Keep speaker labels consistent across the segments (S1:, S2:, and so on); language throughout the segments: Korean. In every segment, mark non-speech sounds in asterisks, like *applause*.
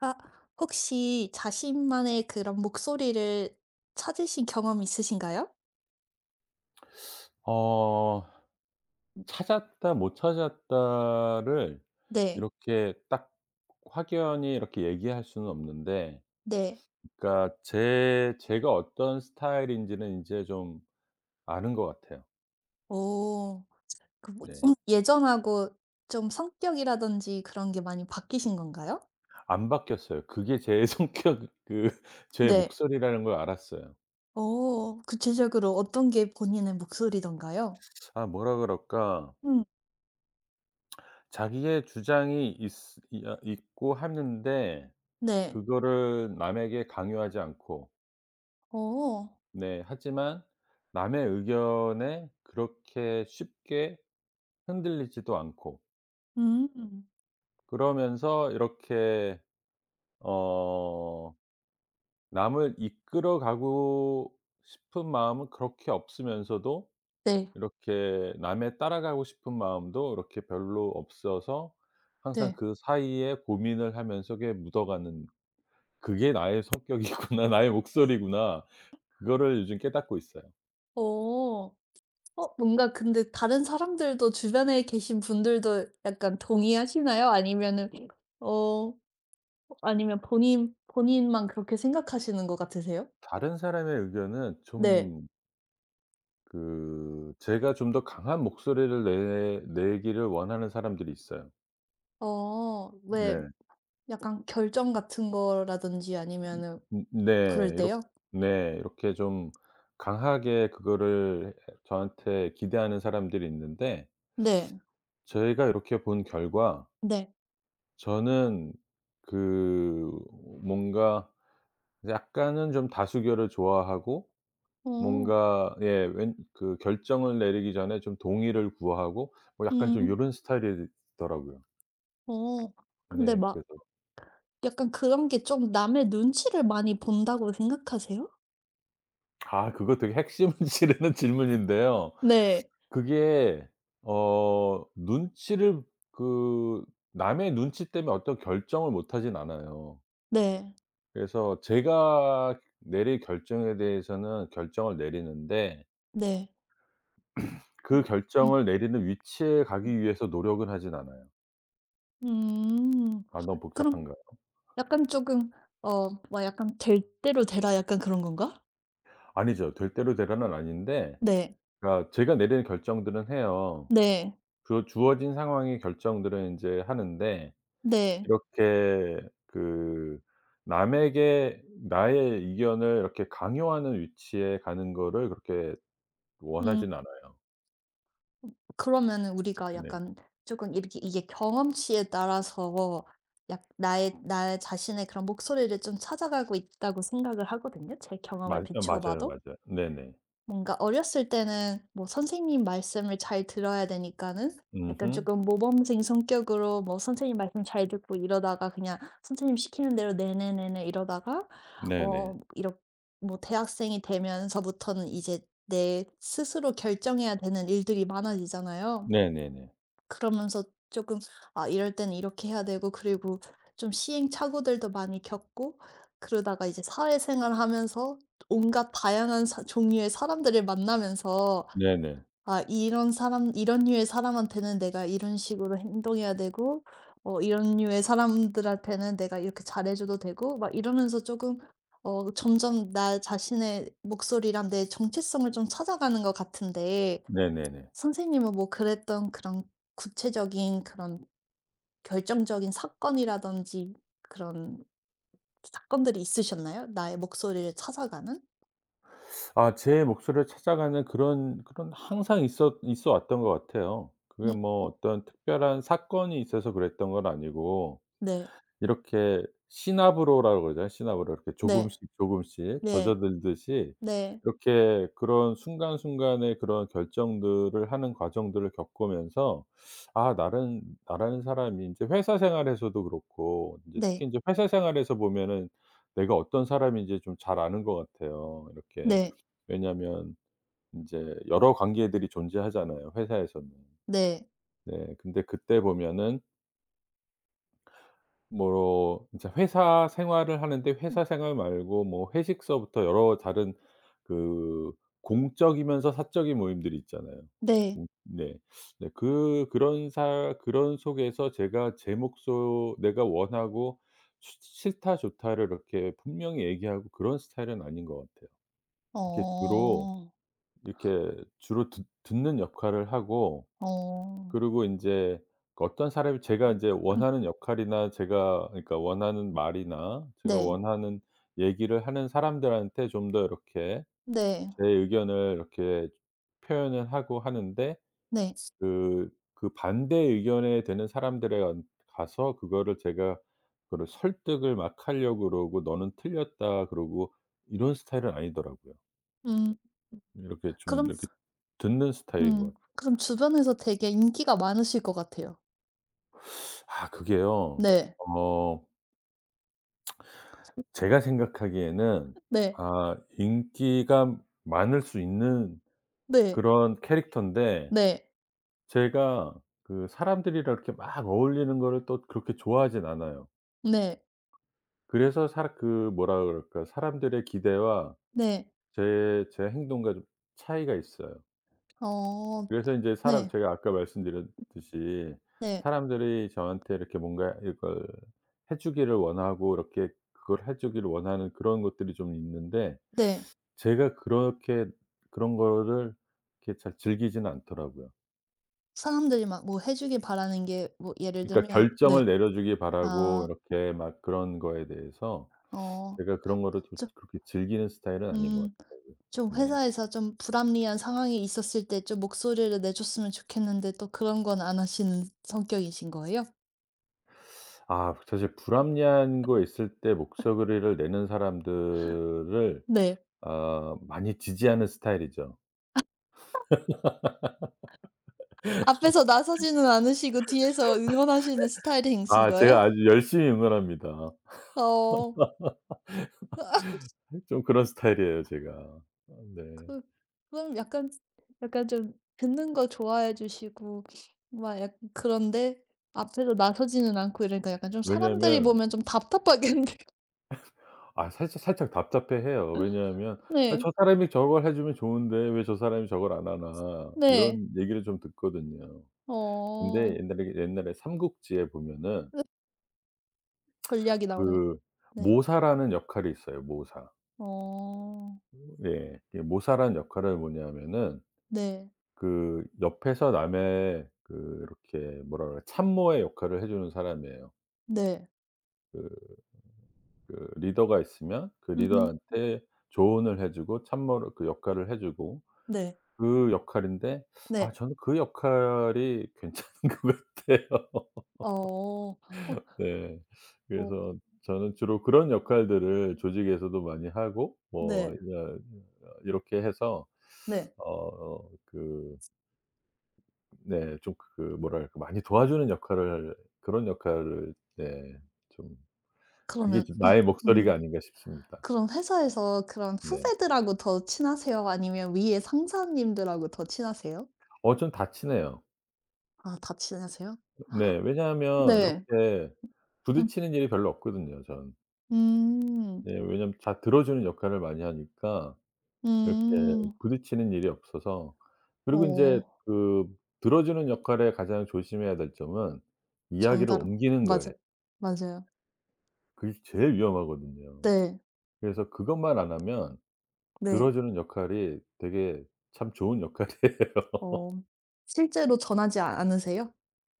S1: 아, 혹시 자신만의 그런 목소리를 찾으신 경험 있으신가요?
S2: 어 찾았다 못 찾았다를
S1: 네.
S2: 이렇게 딱 확연히 이렇게 얘기할 수는 없는데,
S1: 네.
S2: 그러니까 제 제가 어떤 스타일인지는 인제 좀 아는 것 같아요.
S1: 오, 그 뭐
S2: 네.
S1: 예전하고 좀 성격이라든지 그런 게 많이 바뀌신 건가요?
S2: 안 바뀌었어요. 그게 제 *laughs* 성격 그 제
S1: 네.
S2: 목소리라는 걸 알았어요.
S1: 오, 구체적으로 어떤 게 본인의 목소리던가요?
S2: 아 뭐라 그럴까?
S1: 음.
S2: 자기의 주장이 있으 이 아 있고 하는데,
S1: 네.
S2: 그거를 남에게 강요하지 않고.
S1: 오,
S2: 네. 하지만 남의 의견에 그렇게 쉽게 흔들리지도 않고,
S1: 음.
S2: 그러면서 이렇게 어 남을 이끌어 가고 싶은 마음은 그렇게 없으면서도,
S1: 네.
S2: 이렇게 남에 따라가고 싶은 마음도 이렇게 별로 없어서 항상
S1: 네.
S2: 그 사이에 고민을 하면서 그게 묻어가는 '그게 나의 성격이구나. *laughs* 나의 목소리구나.' 그거를 요즘 깨닫고 있어요.
S1: 오, 뭔가 근데 다른 사람들도 주변에 계신 분들도 약간 동의하시나요? 아니면은 어 아니면 본인만 그렇게 생각하시는 것 같으세요?
S2: 다른 사람의 의견은
S1: 네.
S2: 좀, 그 제가 좀 더 강한 목소리를 내 내기를 원하는 사람들이 있어요.
S1: 어, 왜.
S2: 네.
S1: 약간 결정 같은 거라든지 아니면은
S2: 음, 네.
S1: 그럴
S2: 이렇
S1: 때요?
S2: 네. 이렇게 좀 강하게 그거를 저한테 기대하는 사람들이 있는데,
S1: 네.
S2: 저희가 이렇게 본 결과
S1: 네.
S2: 저는 그 뭔가 약간은 좀 다수결을 좋아하고,
S1: 어.
S2: 뭔가 예 웬 그 결정을 내리기 전에 좀 동의를 구하고 뭐 약간 좀
S1: 음.
S2: 요런 스타일이더라고요.
S1: 어. 근데
S2: 네.
S1: 막
S2: 그래서
S1: 약간 그런 게 좀 남의 눈치를 많이 본다고 생각하세요?
S2: 아 그거 되게 핵심을 *laughs* 찌르는 질문인데요.
S1: 네.
S2: 그게 눈치를 그 남의 눈치 때문에 어떤 결정을 못 하진 않아요.
S1: 네.
S2: 그래서 제가 내릴 결정에 대해서는 결정을 내리는데,
S1: 네.
S2: 그
S1: 음. 음.
S2: 결정을 내리는 위치에
S1: 음.
S2: 가기 위해서 노력은 하진 않아요.
S1: 음.
S2: 아 너무
S1: 그럼
S2: 복잡한가요?
S1: 약간 쪼금 막 약간 '될 대로 되라.' 약간 그런 건가?
S2: 아니죠. 될 대로 되라는 아닌데
S1: 네.
S2: 그러니까 제가 내리는 결정들은 해요.
S1: 네.
S2: 그 주어진 상황의 결정들은 인제 하는데,
S1: 네.
S2: 이렇게 그 남에게 나의 의견을 이렇게 강요하는 위치에 가는 거를 그렇게
S1: 음.
S2: 원하진 않아요.
S1: 그러면은 우리가
S2: 네.
S1: 약간 조금 이렇게 이게 경험치에 따라서 약 나의 나의 자신의 그런 목소리를 좀 찾아가고 있다고 생각을 하거든요, 제 경험을
S2: 맞 어
S1: 비추어
S2: 맞아요,
S1: 봐도.
S2: 맞아요. 네네.
S1: 뭔가 어렸을 때는 뭐 선생님 말씀을 잘 들어야 되니까는 약간
S2: 음음.
S1: 조금 모범생 성격으로 뭐 선생님 말씀 잘 듣고 이러다가 그냥 선생님 시키는 대로 "네네, 네네." 이러다가
S2: 네네.
S1: 어 이렇 뭐 대학생이 되면서부터는 이제 내 스스로 결정해야 되는 일들이 많아지잖아요.
S2: 네네네.
S1: 그러면서 조금 '아 이럴 때는 이렇게 해야 되고 그리고 좀 시행착오들도 많이 겪고 그러다가 이제 사회생활하면서 온갖 다양한 사 종류의 사람들을 만나면서
S2: 네네.
S1: 아 이런 사람 이런 류의 사람한테는 내가 이런 식으로 행동해야 되고 어 이런 류의 사람들한테는 내가 이렇게 잘해 줘도 되고.' 막 이러면서 조금 점점 나 자신의 목소리랑 내 정체성을 좀 찾아가는 것 같은데
S2: 네네네.
S1: 선생님은 뭐 그랬던 그런 구체적인 그런 결정적인 사건이라든지 그런 사건들이 있으셨나요? 나의 목소리를 찾아가는?
S2: 아 제 몫을 찾아가는 그런 그런 항상 있었 있어 왔던 것 같아요. 그게
S1: 음.
S2: 뭐 어떤 특별한 사건이 있어서 그랬던 건 아니고
S1: 네.
S2: 이렇게 시나브로라고 그러잖아요. 시나브로. 이렇게
S1: 네.
S2: 조금씩 조금씩
S1: 네.
S2: 젖어들듯이
S1: 네.
S2: 이렇게 그런 순간순간의 그런 결정들을 하는 과정들을 겪으면서 아 나른 나라는 사람이 인제 회사 생활에서도 그렇고 인제 특히
S1: 네.
S2: 인제 회사 생활에서 보면은 내가 어떤 사람인지 좀 잘 아는 것 같아요. 이렇게
S1: 네.
S2: 왜냐하면 인제 여러 관계들이 존재하잖아요, 회사에서는.
S1: 네.
S2: 네. 근데 그때 보면은 뭐 이제 회사 생활을 하는데 회사 생활 말고 뭐 회식서부터 여러 다른 그 공적이면서 사적인 모임들이 있잖아요.
S1: 네.
S2: 공 네. 네 그 그런 사 그런 속에서 제가 제 목소 내가 원하고 수 싫다 좋다를 이렇게 분명히 얘기하고 그런 스타일은 아닌 것 같아요. 이렇게
S1: 어.
S2: 주로 이렇게 주로 듣 듣는 역할을 하고
S1: 어.
S2: 그리고 인제 그 어떤 사람이 제가
S1: 음.
S2: 인제
S1: 음.
S2: 원하는 역할이나 제가 그러니까 원하는 말이나 제가
S1: 네.
S2: 원하는 얘기를 하는 사람들한테 좀 더 이렇게
S1: 네.
S2: 제 의견을 이렇게 표현을 하고 하는데,
S1: 네.
S2: 그 그 반대 의견에 드는 사람들에 간 가서 그거를 제가 그거를 설득을 막 하려고 그러고 "너는 틀렸다." 그러고 이런 스타일은 아니더라고요.
S1: 음.
S2: 이렇게 좀
S1: 그럼
S2: 이렇게 듣는 스타일인 것 같아요.
S1: 그럼 주변에서 되게 인기가 많으실 것 같아요.
S2: 아 그게요.
S1: 네.
S2: 어 제가 생각하기에는
S1: 네.
S2: 아 인기가 많을 수 있는
S1: 네.
S2: 그런 캐릭터인데,
S1: 네.
S2: 제가 그 사람들이랑 이렇게 막 어울리는 거를 또 그렇게 좋아하진 않아요.
S1: 네.
S2: 그래서 사람 그 뭐라 그럴까 사람들의 기대와
S1: 네.
S2: 제 행동과 좀 차이가 있어요.
S1: 어.
S2: 그래서 인제 사람
S1: 네.
S2: 제가 아까 말씀드렸듯이
S1: 네.
S2: 사람들이 저한테 이렇게 뭔가 이걸 해 주기를 원하고 이렇게 그걸 해 주기를 원하는 그런 것들이 좀 있는데,
S1: 네.
S2: 제가 그렇게 그런 거를 이렇게 잘 즐기지는 않더라고요.
S1: 사람들이 막 뭐 해 주길 바라는 게 뭐 예를
S2: 그러니까
S1: 들면 네.
S2: 결정을 내려주길
S1: 아,
S2: 바라고 이렇게 막 그런 거에 대해서
S1: 어
S2: 제가 그런 거를 좀
S1: 좀,
S2: 그렇게 즐기는 스타일은 아닌 것
S1: 음
S2: 같더라고요.
S1: 좀,
S2: 네.
S1: 회사에서 좀 불합리한 상황이 있었을 때 좀 목소리를 내 줬으면 좋겠는데 또 그런 건 안 하시는 성격이신 거예요?
S2: 아 사실 불합리한 거 있을 때 목소리를 내는 사람들을
S1: 네.
S2: 많이 지지하는 스타일이죠.
S1: 앞에서 나서지는 않으시고 뒤에서 응원하시는 스타일이신
S2: 아
S1: 거예요?
S2: 제가 아주 열심히 응원합니다.
S1: 어.
S2: 좀 그런 스타일이에요 제가. 네.
S1: 그그 약간 좀 듣는 거 좋아해 주시고 막 약 그런데 앞에서 나서지는 않고 이러니까 약간 좀 사람들이
S2: 왜냐면
S1: 보면 좀 답답하겠는데요. *laughs*
S2: 아 살짝 살짝 답답해해요. 왜냐하면 '아
S1: 네.
S2: 저 사람이 저걸 해 주면 좋은데 왜 저 사람이 저걸 안 하나.'
S1: 네.
S2: 이런 얘기를 좀 듣거든요. 근데
S1: 어.
S2: 옛날에 그 옛날에 삼국지에 보면은
S1: 네. 전략이 나오나요?
S2: 그
S1: 네.
S2: 모사라는 역할이 있어요, 모사.
S1: 어.
S2: 예. 이 모사라는 역할은 뭐냐면은
S1: 네.
S2: 그 옆에서 남의 그 이렇게 뭐라 그래 참모의 역할을 해 주는 사람이에요.
S1: 네.
S2: 그 그 리더가 있으면 그
S1: 음.
S2: 리더한테 조언을 해 주고 참모를 그 역할을 해 주고
S1: 네.
S2: 그 역할인데 아
S1: 네.
S2: 저는 그 역할이 괜찮은 *laughs* 것 같아요.
S1: 어. 어,
S2: 네.
S1: 어.
S2: 그래서 저는 주로 그런 역할들을 조직에서도 많이 하고 뭐
S1: 네.
S2: 이제 이렇게 해서
S1: 네.
S2: 어 그 네 좀 그 뭐랄까 많이 도와주는 역할을 그런 역할을 네 좀 그게
S1: 그러면
S2: 좀 나의
S1: 음
S2: 목소리가 아닌가 싶습니다.
S1: 그럼 회사에서 그런
S2: 네.
S1: 후배들하고 더 친하세요? 아니면 위에 상사님들하고 더 친하세요?
S2: 어 좀 다치네요.
S1: 아, 다 친하세요?
S2: 네. 왜냐하면
S1: 네.
S2: 이렇게
S1: 음.
S2: 부딪히는 일이 별로 없거든요, 전.
S1: 음.
S2: 네. 왜냐면 다 들어주는 역할을 많이 하니까 이렇게
S1: 음.
S2: 부딪히는 일이 없어서. 그리고 인제
S1: 어
S2: 그 들어주는 역할에 가장 조심해야 될 점은 이야기를
S1: 전달,
S2: 옮기는 거예요.
S1: 맞아요. 맞아요.
S2: 그게 제일 위험하거든요.
S1: 네.
S2: 그래서 그것만 안 하면
S1: 네.
S2: 들어주는 역할이 되게 참 좋은 역할이에요. *laughs*
S1: 어 실제로 전하지 않으세요?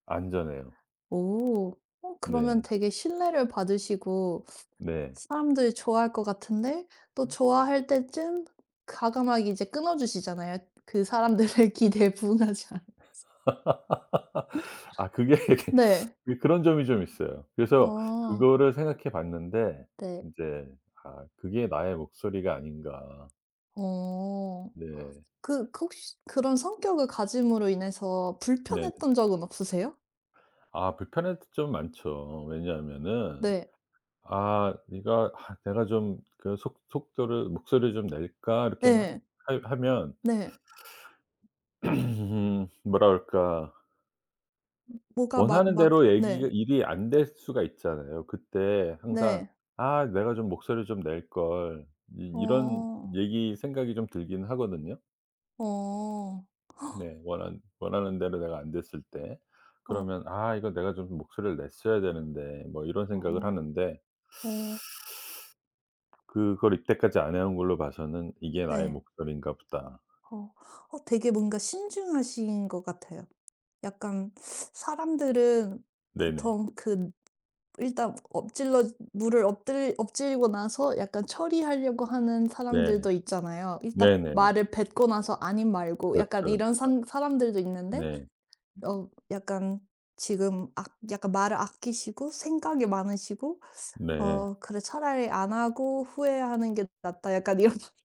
S2: 안전해요.
S1: 오. 그러면
S2: 네.
S1: 되게 신뢰를 받으시고
S2: 네.
S1: 사람들이 좋아할 것 같은데 또 좋아할 때쯤 과감하게 이제 끊어 주시잖아요. 그 사람들의 *laughs* 기대에 부응하지 않.
S2: 아 그게 *laughs*
S1: 네.
S2: 그 그런 점이 좀 있어요. 그래서
S1: 아.
S2: 그거를 생각해 봤는데
S1: 네.
S2: 인제 '아 그게 나의 목소리가 아닌가.'
S1: 어.
S2: 네.
S1: 그 혹시 그런 성격을 가짐으로 인해서
S2: 네.
S1: 불편했던 적은 없으세요?
S2: 아 불편할 때 좀 많죠. 왜냐하면은
S1: 네.
S2: '아 네가 아 내가 좀 그 속 속도를 목소리를 좀 낼까?' 이렇게 막
S1: 네.
S2: 하 하면
S1: 네.
S2: *clears throat* 뭐라 그럴까.
S1: 뭐가 막
S2: 원하는
S1: 막
S2: 대로
S1: 네.
S2: 얘기가 일이 안 될 수가 있잖아요. 그때 항상
S1: 네.
S2: '아 내가 좀 목소리를 좀 낼걸.' 이 이런
S1: 어.
S2: 얘기 생각이 좀 들긴 하거든요.
S1: 어.
S2: 네. 원한 원하는 대로 내가 안 됐을 때.
S1: 어.
S2: 그러면 '아 이거 내가 좀 목소리를 냈어야 되는데.' 뭐 이런 생각을
S1: 어.
S2: 하는데
S1: 어.
S2: 그걸 이때까지 안 해온 걸로 봐서는 '이게 나의
S1: 네.
S2: 목소리인가 보다.'
S1: 어. 되게 뭔가 신중하신 것 같아요. 약간 사람들은
S2: 네네.
S1: 보통 그 일단 엎질러 물을 엎들 엎질고 나서 약간 처리하려고 하는
S2: 네.
S1: 사람들도 있잖아요. 일단
S2: 네네.
S1: 말을 뱉고 나서 아님 말고 약간
S2: 그렇죠.
S1: 이런 산 사람들도 있는데
S2: 네.
S1: 약간 지금 악 약간 말을 아끼시고 생각이 많으시고
S2: 네.
S1: '어 그래 차라리 안 하고 후회하는 게 낫다.' 약간 이런 *laughs*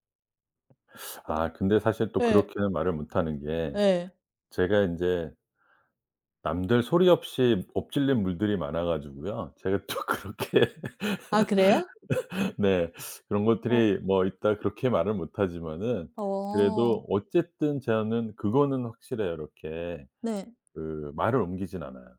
S2: 아 근데 사실 또
S1: 네,
S2: 그렇게는 말을 못 하는 게
S1: 네.
S2: 제가 인제 남들 소리 없이 엎질린 물들이 많아 가지고요. 제가 또 *laughs* 그렇게
S1: 아, 그래요?
S2: 네 그런
S1: 어.
S2: 것들이 뭐 있다 그렇게 말을 못 하지만은,
S1: 어.
S2: 그래도 어쨌든 저는 그거는 확실해요. 이렇게
S1: 네.
S2: 그 말을 옮기진 않아요.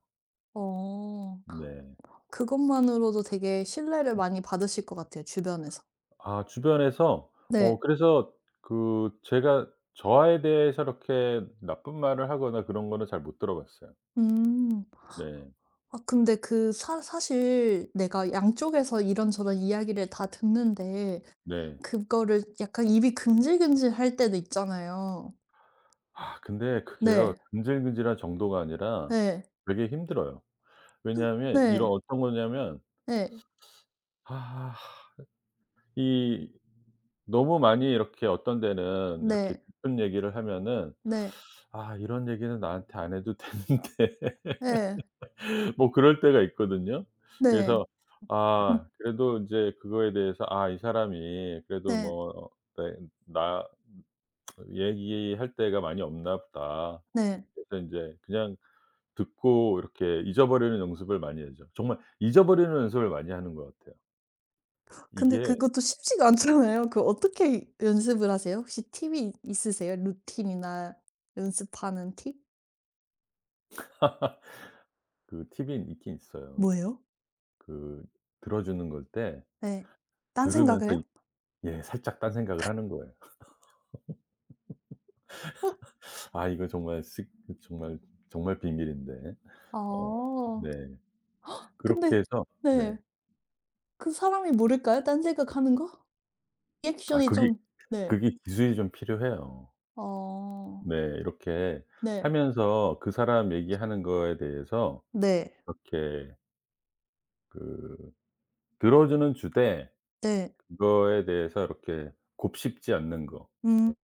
S1: 어.
S2: 네.
S1: 그것만으로도 되게 신뢰를 많이 받으실 것 같아요, 주변에서.
S2: 아 주변에서 어
S1: 네.
S2: 그래서 그 제가 저에 대해서 이렇게 나쁜 말을 하거나 그런 거는 잘 못 들어봤어요.
S1: 음.
S2: 네.
S1: 아 근데 그 사 사실 내가 양쪽에서 이런저런 이야기를 다 듣는데
S2: 네.
S1: 그거를 약간 입이 금질금질할 때도 있잖아요.
S2: 아 근데 그게요.
S1: 네.
S2: 근질근질한 정도가 아니라
S1: 네.
S2: 되게 힘들어요. 왜냐하면 이런
S1: 네.
S2: 어떤 거냐면
S1: 네.
S2: 아 이 너무 많이 이렇게 어떤 데는 이렇게
S1: 네.
S2: 깊은 얘기를 하면은
S1: 네.
S2: '아 이런 얘기는 나한테 안 해도 *laughs* 되는데.'
S1: 네,
S2: *laughs* 뭐 그럴 때가 있거든요.
S1: 네.
S2: 그래서
S1: 음,
S2: 아 그래도 이제 그거에 대해서 '아 이 사람이 그래도
S1: 네.
S2: 뭐나 얘기할 때가 많이 없나 보다.'
S1: 네.
S2: 그래서 이제 그냥 듣고 이렇게 잊어버리는 연습을 많이 하죠. 정말 잊어버리는 연습을 많이 하는 것 같아요.
S1: 근데
S2: 이게
S1: 그것도 쉽지가 않잖아요. 그 어떻게 연습을 하세요? 혹시 팁이 있으세요? 루틴이나 연습하는 팁?
S2: 그 팁이 있긴 있어요.
S1: 뭐예요?
S2: 그 들어 주는 걸 때
S1: 네. 딴
S2: 들으면서
S1: 생각을 해요?
S2: 이 예 살짝 딴 생각을 하는 거예요. '아 이거 정말 쓱 정말 정말 비밀인데.'
S1: 아.
S2: 어 네. 그렇게
S1: 근데
S2: 해서 네.
S1: 네. 그 사람이 모를까요? 딴 생각하는 거?
S2: 아
S1: 리액션이
S2: 그게
S1: 좀. 네.
S2: 그게 기술이 좀 필요해요.
S1: 어.
S2: 네. 이렇게
S1: 네.
S2: 하면서 그 사람 얘기하는 거에 대해서
S1: 네.
S2: 이렇게 그 들어주는 주되
S1: 네.
S2: 그거에 대해서 이렇게 곱씹지 않는 거.
S1: 음.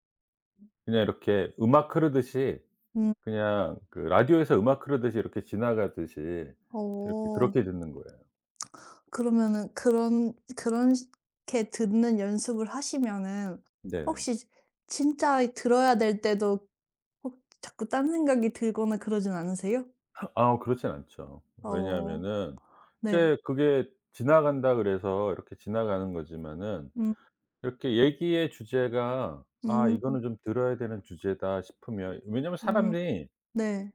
S2: 그냥 이렇게 음악 흐르듯이
S1: 음.
S2: 그냥 그 라디오에서 음악 흐르듯이 이렇게 지나가듯이 이렇게
S1: 어.
S2: 그렇게 듣는 거예요.
S1: 그러면은 그런 그런 시 게 듣는 연습을 하시면은
S2: 네네.
S1: 혹시 지 진짜 들어야 될 때도 혹 자꾸 딴 생각이 들거나 그러진 않으세요?
S2: 아 그렇진 않죠.
S1: 어.
S2: 왜냐하면은
S1: 네.
S2: 이제 그게 지나간다 그래서 이렇게 지나가는 거지만은
S1: 음.
S2: 이렇게 얘기의 주제가 '아
S1: 음.
S2: 이거는 좀 들어야 되는 주제다.' 싶으면. 왜냐면
S1: 음.
S2: 사람들이
S1: 네.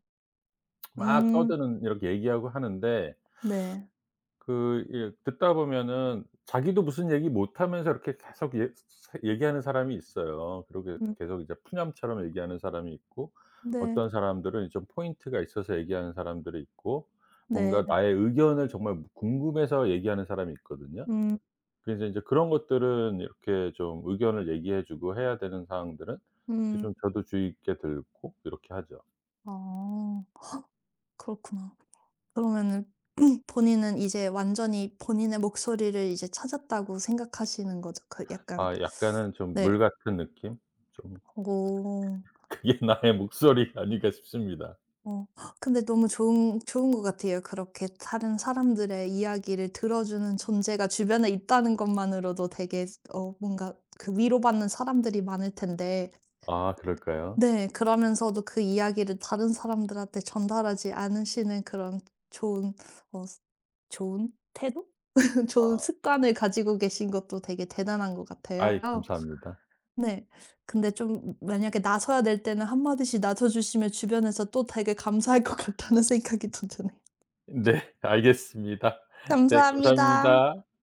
S2: 막
S1: 음.
S2: 떠드는 이렇게 얘기하고 하는데
S1: 네.
S2: 그 예 듣다 보면은 자기도 무슨 얘기 못하면서 이렇게 계속 예 얘기하는 사람이 있어요. 그러게
S1: 음.
S2: 계속 이제 푸념처럼 얘기하는 사람이 있고 어떤
S1: 네.
S2: 사람들은 좀 포인트가 있어서 얘기하는 사람들이 있고
S1: 네.
S2: 뭔가 나의 의견을 정말 궁금해서 얘기하는 사람이 있거든요.
S1: 음.
S2: 그래서 이제 그런 것들은 이렇게 좀 의견을 얘기해 주고 해야 되는 사항들은 이제
S1: 음.
S2: 좀 저도 주의 있게 듣고 이렇게 하죠.
S1: 아. 그렇구나. 그러면은 본인은 이제 완전히 본인의 목소리를 이제 찾았다고 생각하시는 거죠? 그 약간.
S2: 아 약간은 좀 물
S1: 네.
S2: 같은 느낌? 좀
S1: 어.
S2: *laughs* 그게 나의 목소리가 아닌가 싶습니다.
S1: 어. 근데 너무 좋은 좋은 것 같아요. 그렇게 다른 사람들의 이야기를 들어주는 존재가 주변에 있다는 것만으로도 되게 뭔가 그 위로받는 사람들이 많을 텐데.
S2: 아 그럴까요?
S1: 네, 그러면서도 그 이야기를 다른 사람들한테 전달하지 않으시는 그런 좋은 어 좋은 태도? 좋은
S2: 아
S1: 습관을 가지고 계신 것도 되게 대단한 것
S2: 아이
S1: 같아요.
S2: 감사합니다.
S1: 네. 근데 좀 만약에 나서야 될 때는 한마디씩 나서주시면 주변에서 또 되게 감사할 것 같다는 *laughs* 생각이 또 드네요.
S2: 네 알겠습니다. 네
S1: 감사합니다.
S2: 감사합니다.